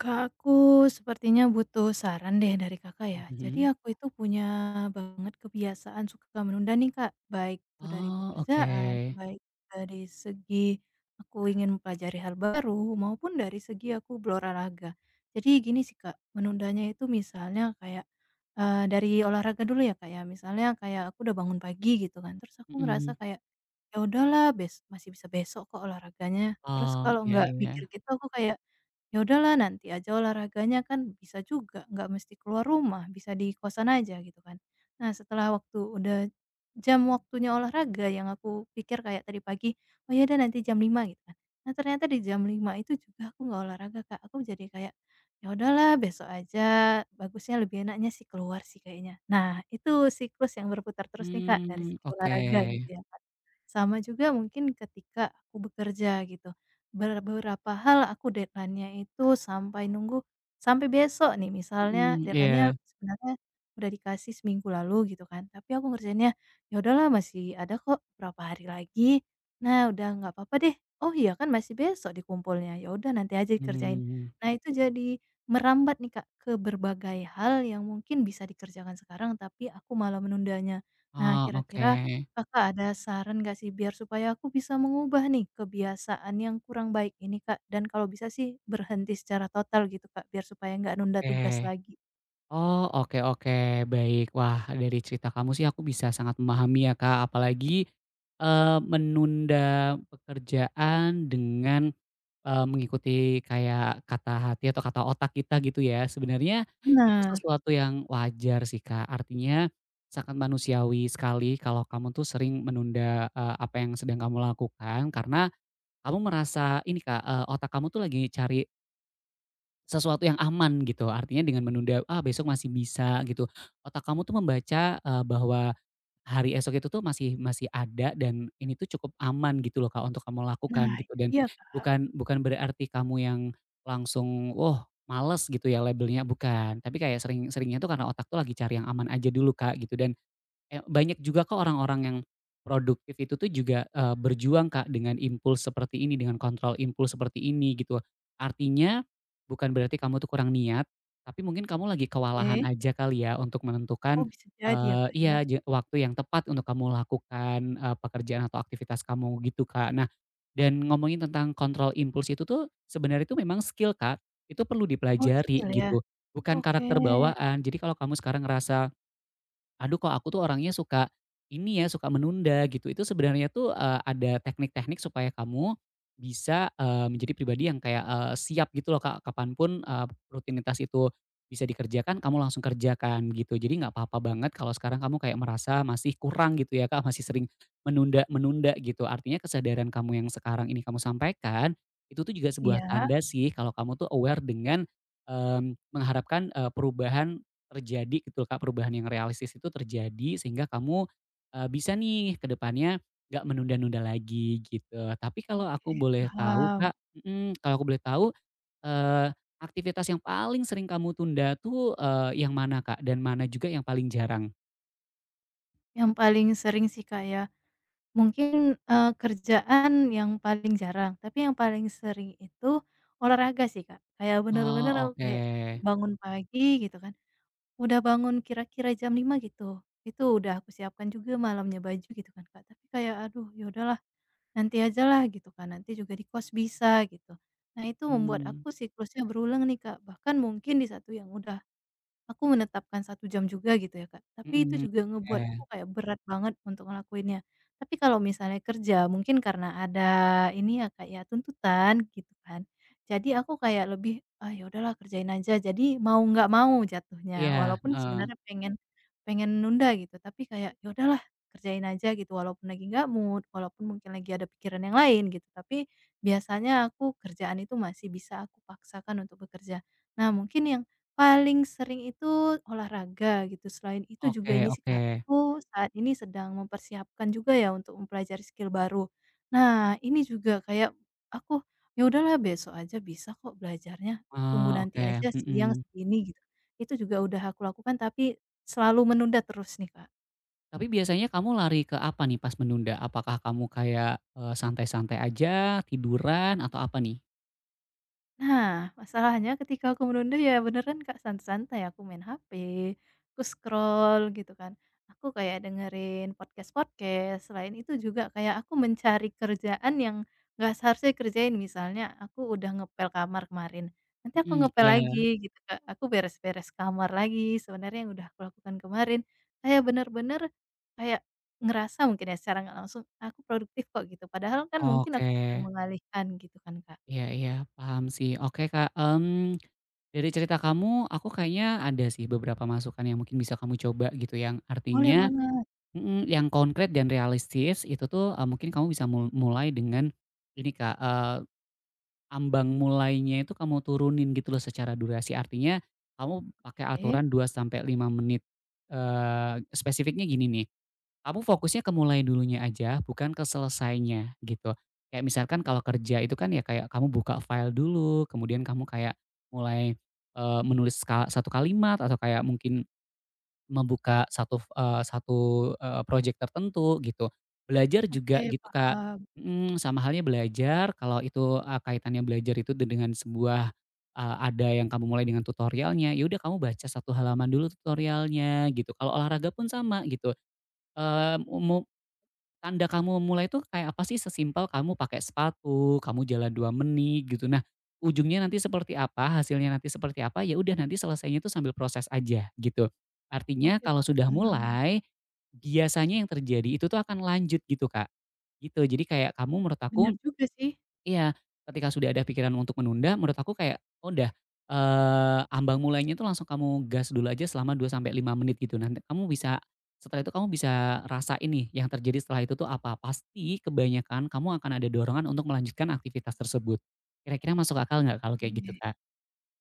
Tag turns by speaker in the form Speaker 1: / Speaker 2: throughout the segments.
Speaker 1: Kak, aku sepertinya butuh saran deh dari Kakak ya. Jadi
Speaker 2: Mhm.
Speaker 1: aku itu punya banget kebiasaan suka menunda nih, Kak, baik itu dari
Speaker 2: Oh, oke.
Speaker 1: pekerjaan, baik dari segi aku ingin mempelajari hal baru, maupun dari segi aku berolahraga. Jadi gini sih, Kak, menundanya itu misalnya kayak, dari olahraga dulu ya Kak ya, misalnya kayak aku udah bangun pagi gitu kan, terus aku ngerasa
Speaker 2: Mhm.
Speaker 1: kayak, "Ya udahlah bes masih bisa besok kok olahraganya." Terus
Speaker 2: Oh,
Speaker 1: kalau
Speaker 2: iya
Speaker 1: nggak mikir
Speaker 2: iya.
Speaker 1: gitu aku kayak, "Ya udahlah nanti aja olahraganya kan bisa juga, nggak mesti keluar rumah, bisa di kosan aja gitu kan." Nah setelah waktu udah jam waktunya olahraga yang aku pikir kayak tadi pagi, "Oh ya udah nanti jam 5 gitu kan." Nah ternyata di jam 5 itu juga aku nggak olahraga, Kak, aku jadi kayak, "Ya udahlah besok aja, bagusnya lebih enaknya sih keluar sih kayaknya." Nah itu siklus yang berputar terus nih Kak dari
Speaker 2: Mmm,
Speaker 1: segi
Speaker 2: oke.
Speaker 1: olahraga gitu ya Kak. Sama juga mungkin ketika aku bekerja gitu. Beberapa hal aku deadline-nya itu sampai nunggu sampai besok nih, misalnya
Speaker 2: Mhm,
Speaker 1: deadline-nya
Speaker 2: iya.
Speaker 1: Sebenarnya udah dikasih seminggu lalu gitu kan, tapi aku ngerjainnya, "Ya udahlah masih ada kok berapa hari lagi, nah udah nggak apa-apa deh, oh iya kan masih besok dikumpulnya, ya udah nanti aja dikerjain."
Speaker 2: Mmm.
Speaker 1: Nah itu jadi merambat nih, Kak, ke berbagai hal yang mungkin bisa dikerjakan sekarang tapi aku malah menundanya. Nah
Speaker 2: Oh, oke.
Speaker 1: kira-kira Kakak ada saran nggak sih biar supaya aku bisa mengubah nih kebiasaan yang kurang baik ini, Kak? Dan kalau bisa sih berhenti secara total gitu, Kak, biar supaya nggak nunda tugas
Speaker 2: Oke.
Speaker 1: lagi.
Speaker 2: Oh, oke oke, baik. Wah, dari cerita kamu sih aku bisa sangat memahami ya, Kak, apalagi, eee, menunda pekerjaan dengan mengikuti kayak kata hati atau kata otak kita gitu ya, sebenarnya itu
Speaker 1: Benar.
Speaker 2: sesuatu yang wajar sih, Kak. Artinya sangat manusiawi sekali kalau kamu tuh sering menunda, apa yang sedang kamu lakukan karena kamu merasa ini, Kak, otak kamu tuh lagi cari sesuatu yang aman gitu. Artinya dengan menunda, "Ah, besok masih bisa," gitu, otak kamu tuh membaca, bahwa hari esok itu tuh masih masih ada dan ini tuh cukup aman gitu loh, Kak, untuk kamu lakukan
Speaker 1: Nah
Speaker 2: gitu
Speaker 1: itu
Speaker 2: dan
Speaker 1: dia, Kak.
Speaker 2: bukan bukan berarti kamu yang langsung, "Wah, males," gitu ya labelnya, bukan. Tapi kayak sering seringnya tuh karena otak tuh lagi cari yang aman aja dulu, Kak, gitu dan banyak juga kok orang-orang yang produktif itu tuh juga, berjuang Kak dengan impuls seperti ini, dengan kontrol impuls seperti ini gitu. Artinya, bukan berarti kamu tuh kurang niat, tapi mungkin kamu lagi kewalahan
Speaker 1: Oke.
Speaker 2: aja kali ya untuk
Speaker 1: Oh
Speaker 2: menentukan,
Speaker 1: bisa jadi ya, Kak, ya?
Speaker 2: iya, waktu yang tepat untuk kamu lakukan, pekerjaan atau aktivitas kamu gitu Kak. Nah, dan ngomongin tentang kontrol impuls itu tuh sebenarnya itu memang skill Kak, itu perlu
Speaker 1: Oh
Speaker 2: dipelajari
Speaker 1: skill ya?
Speaker 2: gitu, bukan
Speaker 1: Oke.
Speaker 2: karakter bawaan. Jadi kalau kamu sekarang ngerasa aduh kok aku tuh orangnya suka ini ya, suka menunda gitu. Itu sebenarnya tuh, ada teknik-teknik supaya kamu bisa, menjadi pribadi yang kayak, siap gitu loh Kak, kapanpun, rutinitas itu bisa dikerjakan, kamu langsung kerjakan gitu. Jadi nggak apa-apa banget kalau sekarang kamu kayak merasa masih kurang gitu ya Kak, masih sering menunda-menunda gitu. Artinya kesadaran kamu yang sekarang ini kamu sampaikan, itu tuh juga sebuah
Speaker 1: Iya,
Speaker 2: tanda sih kalau kamu tuh aware dengan, mengharapkan, perubahan terjadi gitu Kak, perubahan yang realistis itu terjadi sehingga kamu, bisa nih ke depannya nggak menunda-nunda lagi gitu. Tapi kalau aku
Speaker 1: oke
Speaker 2: boleh tahu Kak
Speaker 1: paham.
Speaker 2: mhm, kalau aku boleh tahu, eee, aktivitas yang paling sering kamu tunda tuh, yang mana Kak? Dan mana juga yang paling jarang?
Speaker 1: Yang paling sering sih, Kak, ya, mungkin, kerjaan yang paling jarang, tapi yang paling sering itu olahraga sih, Kak. Kayak
Speaker 2: Oh
Speaker 1: bener-bener aku
Speaker 2: oke,
Speaker 1: kayak bangun pagi gitu kan. Udah bangun kira-kira jam 5 gitu. Itu udah aku siapkan juga malamnya baju gitu kan, Kak. Tapi kayak, "Aduh, ya udahlah, nanti aja lah gitu kan, nanti juga di kos bisa," gitu. Nah, itu membuat
Speaker 2: mmm,
Speaker 1: aku siklusnya berulang nih, Kak. Bahkan mungkin di satu yang udah aku menetapkan 1 jam juga gitu ya, Kak. Tapi itu
Speaker 2: mhm,
Speaker 1: juga ngebuat aku
Speaker 2: oke.
Speaker 1: kayak berat banget untuk ngelakuinnya. Tapi kalau misalnya kerja mungkin karena ada ini ya, Kak, ya, tuntutan gitu kan. Jadi aku kayak lebih, "Ah, ya udahlah kerjain aja." Jadi mau nggak mau jatuhnya,
Speaker 2: Iya,
Speaker 1: walaupun
Speaker 2: heeh,
Speaker 1: sebenarnya pengen pengen nunda gitu, tapi kayak, "Ya udahlah kerjain aja." Gitu, walaupun lagi nggak mood, walaupun mungkin lagi ada pikiran yang lain gitu. Tapi biasanya aku kerjaan itu masih bisa aku paksakan untuk bekerja. Nah mungkin yang paling sering itu olahraga gitu, selain itu
Speaker 2: oke
Speaker 1: juga ini sih,
Speaker 2: oke,
Speaker 1: Kak, aku saat ini sedang mempersiapkan juga ya untuk mempelajari skill baru. Nah, ini juga kayak aku, "Ya udahlah besok aja bisa kok belajarnya, tunggu
Speaker 2: oh
Speaker 1: nanti
Speaker 2: oke,
Speaker 1: aja siang
Speaker 2: mhm.
Speaker 1: segini," gitu. Itu juga udah aku lakukan tapi selalu menunda terus nih, Kak.
Speaker 2: Tapi biasanya kamu lari ke apa nih pas menunda? Apakah kamu kayak, santai-santai aja, tiduran, atau apa nih?
Speaker 1: Nah, masalahnya ketika aku menunda ya beneran Kak, santai-santai aku main HP, aku scroll gitu kan. Aku kayak dengerin podcast-podcast, selain itu juga kayak aku mencari kerjaan yang nggak seharusnya kerjain. Misalnya aku udah ngepel kamar kemarin, nanti aku
Speaker 2: Mhm,
Speaker 1: ngepel lagi
Speaker 2: iya,
Speaker 1: gitu, Kak, aku beres-beres kamar lagi sebenarnya yang udah aku lakukan kemarin. Kayak bener-bener kayak ngerasa mungkin ya secara nggak langsung, "Ah, aku produktif kok gitu, padahal kan mungkin aku
Speaker 2: oke.
Speaker 1: sedang mengalihkan gitu kan, Kak."
Speaker 2: Iya iya, paham sih. Oke, Kak, dari cerita kamu aku kayaknya ada sih beberapa masukan yang mungkin bisa kamu coba gitu, yang
Speaker 1: Boleh
Speaker 2: artinya
Speaker 1: banget.
Speaker 2: mhm, yang konkret dan realistis itu tuh, mungkin kamu bisa mulai dengan ini, Kak, ambang mulainya itu kamu turunin gitu loh secara durasi, artinya kamu pakai
Speaker 1: Oke
Speaker 2: aturan 2 sampai 5 menit. Spesifiknya gini nih, kamu fokusnya ke mulai dulunya aja, bukan ke selesainya gitu. Kayak misalkan kalau kerja itu kan ya kayak kamu buka file dulu, kemudian kamu kayak mulai, menulis satu kalimat atau kayak mungkin membuka satu project tertentu gitu. Belajar juga
Speaker 1: oke,
Speaker 2: gitu, Kak,
Speaker 1: paham,
Speaker 2: mhm, sama halnya belajar kalau itu, kaitannya belajar itu dengan sebuah, ada yang kamu mulai dengan tutorialnya, ya udah kamu baca satu halaman dulu tutorialnya gitu. Kalau olahraga pun sama gitu. Eee, mu mu Tanda kamu mulai tuh kayak apa sih? Sesimpel kamu pakai sepatu, kamu jalan 2 menit gitu. Nah, ujungnya nanti seperti apa, hasilnya nanti seperti apa, ya udah nanti selesainya itu sambil proses aja gitu. Artinya
Speaker 1: oke
Speaker 2: kalau sudah
Speaker 1: paham.
Speaker 2: mulai, biasanya yang terjadi itu tuh akan lanjut gitu, Kak. Gitu, jadi kayak kamu menurut
Speaker 1: Bener
Speaker 2: aku.
Speaker 1: juga sih.
Speaker 2: Iya, ketika sudah ada pikiran untuk menunda, menurut aku kayak, oh udah, ambang mulainya itu langsung kamu gas dulu aja selama 2 sampai 5 menit gitu. Nanti kamu bisa setelah itu kamu bisa rasain nih yang terjadi setelah itu tuh apa. Pasti kebanyakan kamu akan ada dorongan untuk melanjutkan aktivitas tersebut. Kira-kira masuk akal nggak kalau kayak gitu,
Speaker 1: Oke.
Speaker 2: Kak?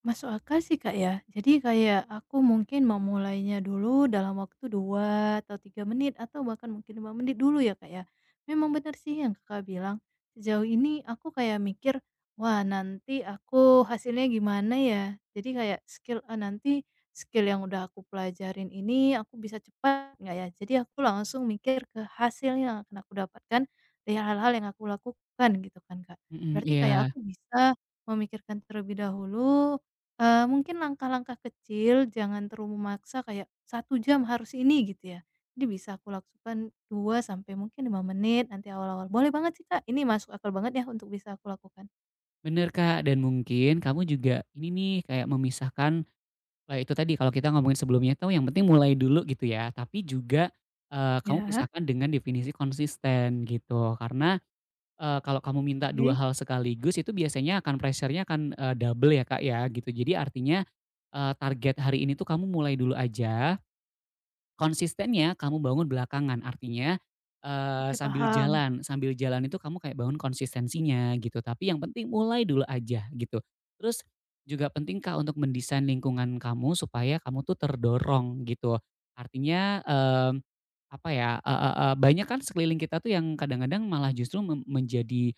Speaker 1: Masuk akal sih, Kak, ya. Jadi kayak aku mungkin mau mulainya dulu dalam waktu 2 atau 3 menit atau bahkan mungkin 5 menit dulu ya, Kak, ya. Memang benar sih yang Kakak bilang, sejauh ini aku kayak mikir, "Wah, nanti aku hasilnya gimana ya?" Jadi kayak skill, "Ah, nanti skill yang udah aku pelajarin ini aku bisa cepat nggak ya?" Jadi aku langsung mikir ke hasil yang akan aku dapatkan dari hal-hal yang aku lakukan gitu kan, Kak.
Speaker 2: Mhm,
Speaker 1: Berarti kayak
Speaker 2: iya.
Speaker 1: aku bisa memikirkan terlebih dahulu, mungkin langkah-langkah kecil, jangan terlalu memaksa kayak 1 jam harus ini gitu ya. Jadi bisa aku lakukan 2 sampai mungkin 5 menit nanti awal-awal. Boleh banget sih, Kak, ini masuk akal banget ya untuk bisa aku lakukan.
Speaker 2: Bener, Kak, dan mungkin kamu juga ini nih, kayak memisahkan. Nah itu tadi kalau kita ngomongin sebelumnya tuh yang penting mulai dulu gitu ya, tapi juga, kamu
Speaker 1: Ya,
Speaker 2: pisahkan dengan definisi konsisten gitu. Karena, kalau kamu minta 2
Speaker 1: oke.
Speaker 2: hal sekaligus itu biasanya akan pressure-nya akan, double ya Kak ya gitu. Jadi artinya, target hari ini tuh kamu mulai dulu aja. Konsistennya kamu bangun belakangan, artinya,
Speaker 1: Oke paham.
Speaker 2: sambil jalan itu kamu kayak bangun konsistensinya gitu, tapi yang penting mulai dulu aja gitu. Terus juga penting, Kak, untuk mendesain lingkungan kamu supaya kamu tuh terdorong gitu. Artinya, apa ya, eee eee eee, banyak kan sekeliling kita tuh yang kadang-kadang malah justru mem menjadi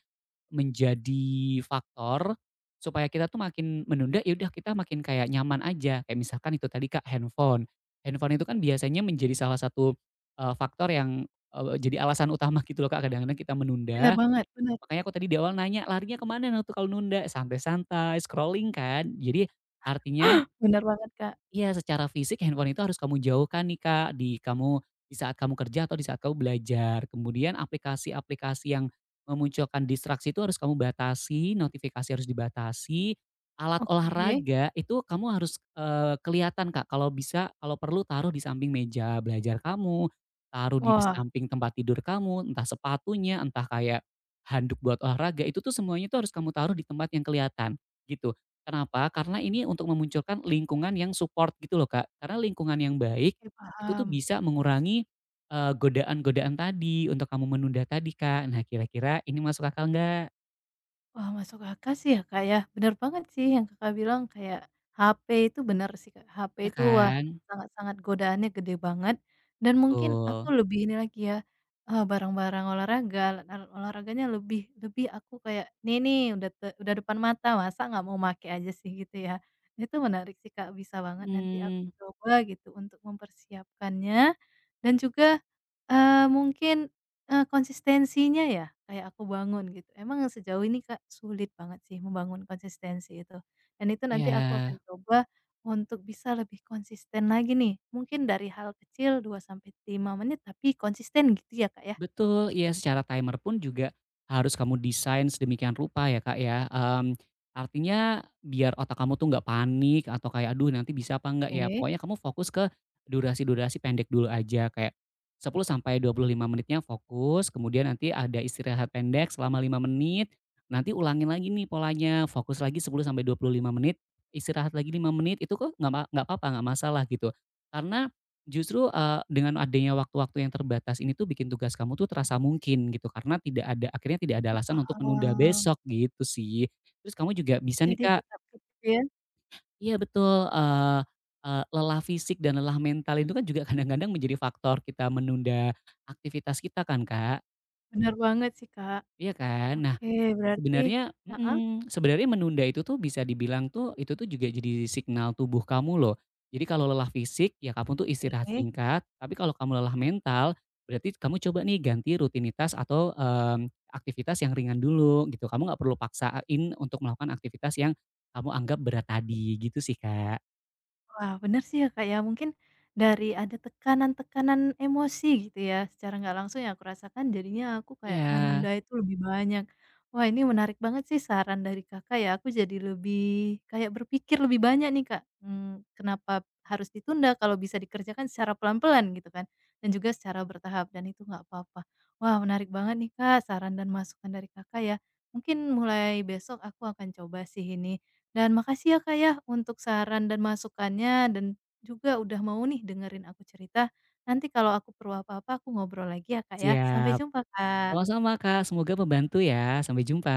Speaker 2: Menjadi faktor supaya kita tuh makin menunda, ya udah kita makin kayak nyaman aja, kayak misalkan itu tadi Kak, handphone. Handphone itu kan biasanya menjadi salah satu, faktor yang, jadi alasan utama gitu loh Kak, kadang-kadang kita
Speaker 1: Benar
Speaker 2: menunda.
Speaker 1: banget, benar
Speaker 2: Makanya aku tadi di awal nanya, larinya kemana mana tuh kalau nunda? Santai-santai, scrolling kan. Jadi artinya.
Speaker 1: benar banget, Kak.
Speaker 2: Iya, secara fisik handphone itu harus kamu jauhkan nih Kak, di saat kamu kerja atau di saat kamu belajar. Kemudian aplikasi-aplikasi yang memunculkan distraksi itu harus kamu batasi, notifikasi harus dibatasi. Alat
Speaker 1: Oke.
Speaker 2: olahraga itu kamu harus, kelihatan Kak, kalau bisa kalau perlu taruh di samping meja belajar kamu, taruh di
Speaker 1: Wah,
Speaker 2: samping tempat tidur kamu, entah sepatunya, entah kayak handuk buat olahraga, itu tuh semuanya tuh harus kamu taruh di tempat yang kelihatan, gitu. Kenapa? Karena ini untuk memunculkan lingkungan yang support gitu loh, Kak. Karena lingkungan yang baik
Speaker 1: oke
Speaker 2: itu tuh
Speaker 1: paham.
Speaker 2: bisa mengurangi, godaan-godaan tadi untuk kamu menunda tadi, Kak. Nah, kira-kira ini masuk akal nggak?
Speaker 1: Wah, masuk akal sih ya, Kak, ya. Bener banget sih yang Kakak bilang kayak HP itu bener sih, Kak. HP
Speaker 2: Ya
Speaker 1: itu wah,
Speaker 2: kan?
Speaker 1: sangat-sangat godaannya gede banget dan mungkin aku
Speaker 2: Betul.
Speaker 1: lebih ini lagi ya, barang-barang olahraga, alat-alat olahraganya lebih lebih aku kayak, "Nih nih, udah depan mata, masa nggak mau make aja sih?" Gitu ya. Itu menarik sih, Kak, bisa banget nanti aku
Speaker 2: Hmm.
Speaker 1: coba gitu untuk mempersiapkannya dan juga, eee, mungkin konsistensinya ya, kayak aku bangun gitu. Emang sejauh ini, Kak, sulit banget sih membangun konsistensi itu. Dan itu nanti aku akan
Speaker 2: Ya.
Speaker 1: coba untuk bisa lebih konsisten lagi nih. Mungkin dari hal kecil 2 sampai 5 menit, tapi konsisten gitu ya, Kak, ya?
Speaker 2: Betul, ya secara timer pun juga harus kamu desain sedemikian rupa ya Kak ya, artinya biar otak kamu tuh nggak panik atau kayak, "Aduh nanti bisa apa nggak ya?"
Speaker 1: Oke.
Speaker 2: Pokoknya kamu fokus ke durasi-durasi pendek dulu aja, kayak 10 sampai 25 menitnya fokus, kemudian nanti ada istirahat pendek selama 5 menit, nanti ulangin lagi nih polanya, fokus lagi 10 sampai 25 menit, istirahat lagi 5 menit, itu kok nggak apa-apa, nggak masalah gitu. Karena justru, dengan adanya waktu-waktu yang terbatas ini tuh bikin tugas kamu tuh terasa mungkin gitu, karena tidak ada akhirnya tidak ada alasan untuk menunda
Speaker 1: Wow,
Speaker 2: besok gitu sih. Terus kamu juga bisa nih
Speaker 1: jadi
Speaker 2: Kak.
Speaker 1: tetap kecil.
Speaker 2: Iya betul, eee eee, lelah fisik dan lelah mental itu kan juga kadang-kadang menjadi faktor kita menunda aktivitas kita kan Kak,
Speaker 1: Bener banget sih, Kak.
Speaker 2: iya kan? Nah.
Speaker 1: Oke, berarti
Speaker 2: Sebenarnya
Speaker 1: heeh?
Speaker 2: mhm, sebenarnya menunda itu tuh bisa dibilang tuh, itu tuh juga jadi signal tubuh kamu loh. Jadi kalau lelah fisik, ya kamu tuh
Speaker 1: Oke.
Speaker 2: istirahat singkat, tapi kalau kamu lelah mental, berarti kamu coba nih ganti rutinitas atau, aktivitas yang ringan dulu gitu. Kamu nggak perlu paksain untuk melakukan aktivitas yang kamu anggap berat tadi, gitu sih, Kak.
Speaker 1: Wah, benar sih ya, Kak, ya. Mungkin dari ada tekanan-tekanan emosi gitu ya, secara nggak langsung yang aku rasakan jadinya aku kayak
Speaker 2: Iya,
Speaker 1: menunda itu lebih banyak. Wah, ini menarik banget sih saran dari Kakak ya, aku jadi lebih kayak berpikir lebih banyak nih, Kak, kenapa harus ditunda kalau bisa dikerjakan secara pelan-pelan gitu kan, dan juga secara bertahap dan itu nggak apa-apa. Wah, menarik banget nih, Kak, saran dan masukan dari Kakak ya. Mungkin mulai besok aku akan coba sih ini. Dan makasih ya Kak ya untuk saran dan masukannya dan juga udah mau nih dengerin aku cerita. Nanti kalau aku perlu apa-apa aku ngobrol lagi ya Kak ya. Sampai
Speaker 2: siap.
Speaker 1: jumpa, Kak.
Speaker 2: Sama-sama, Kak, semoga membantu ya. Sampai jumpa.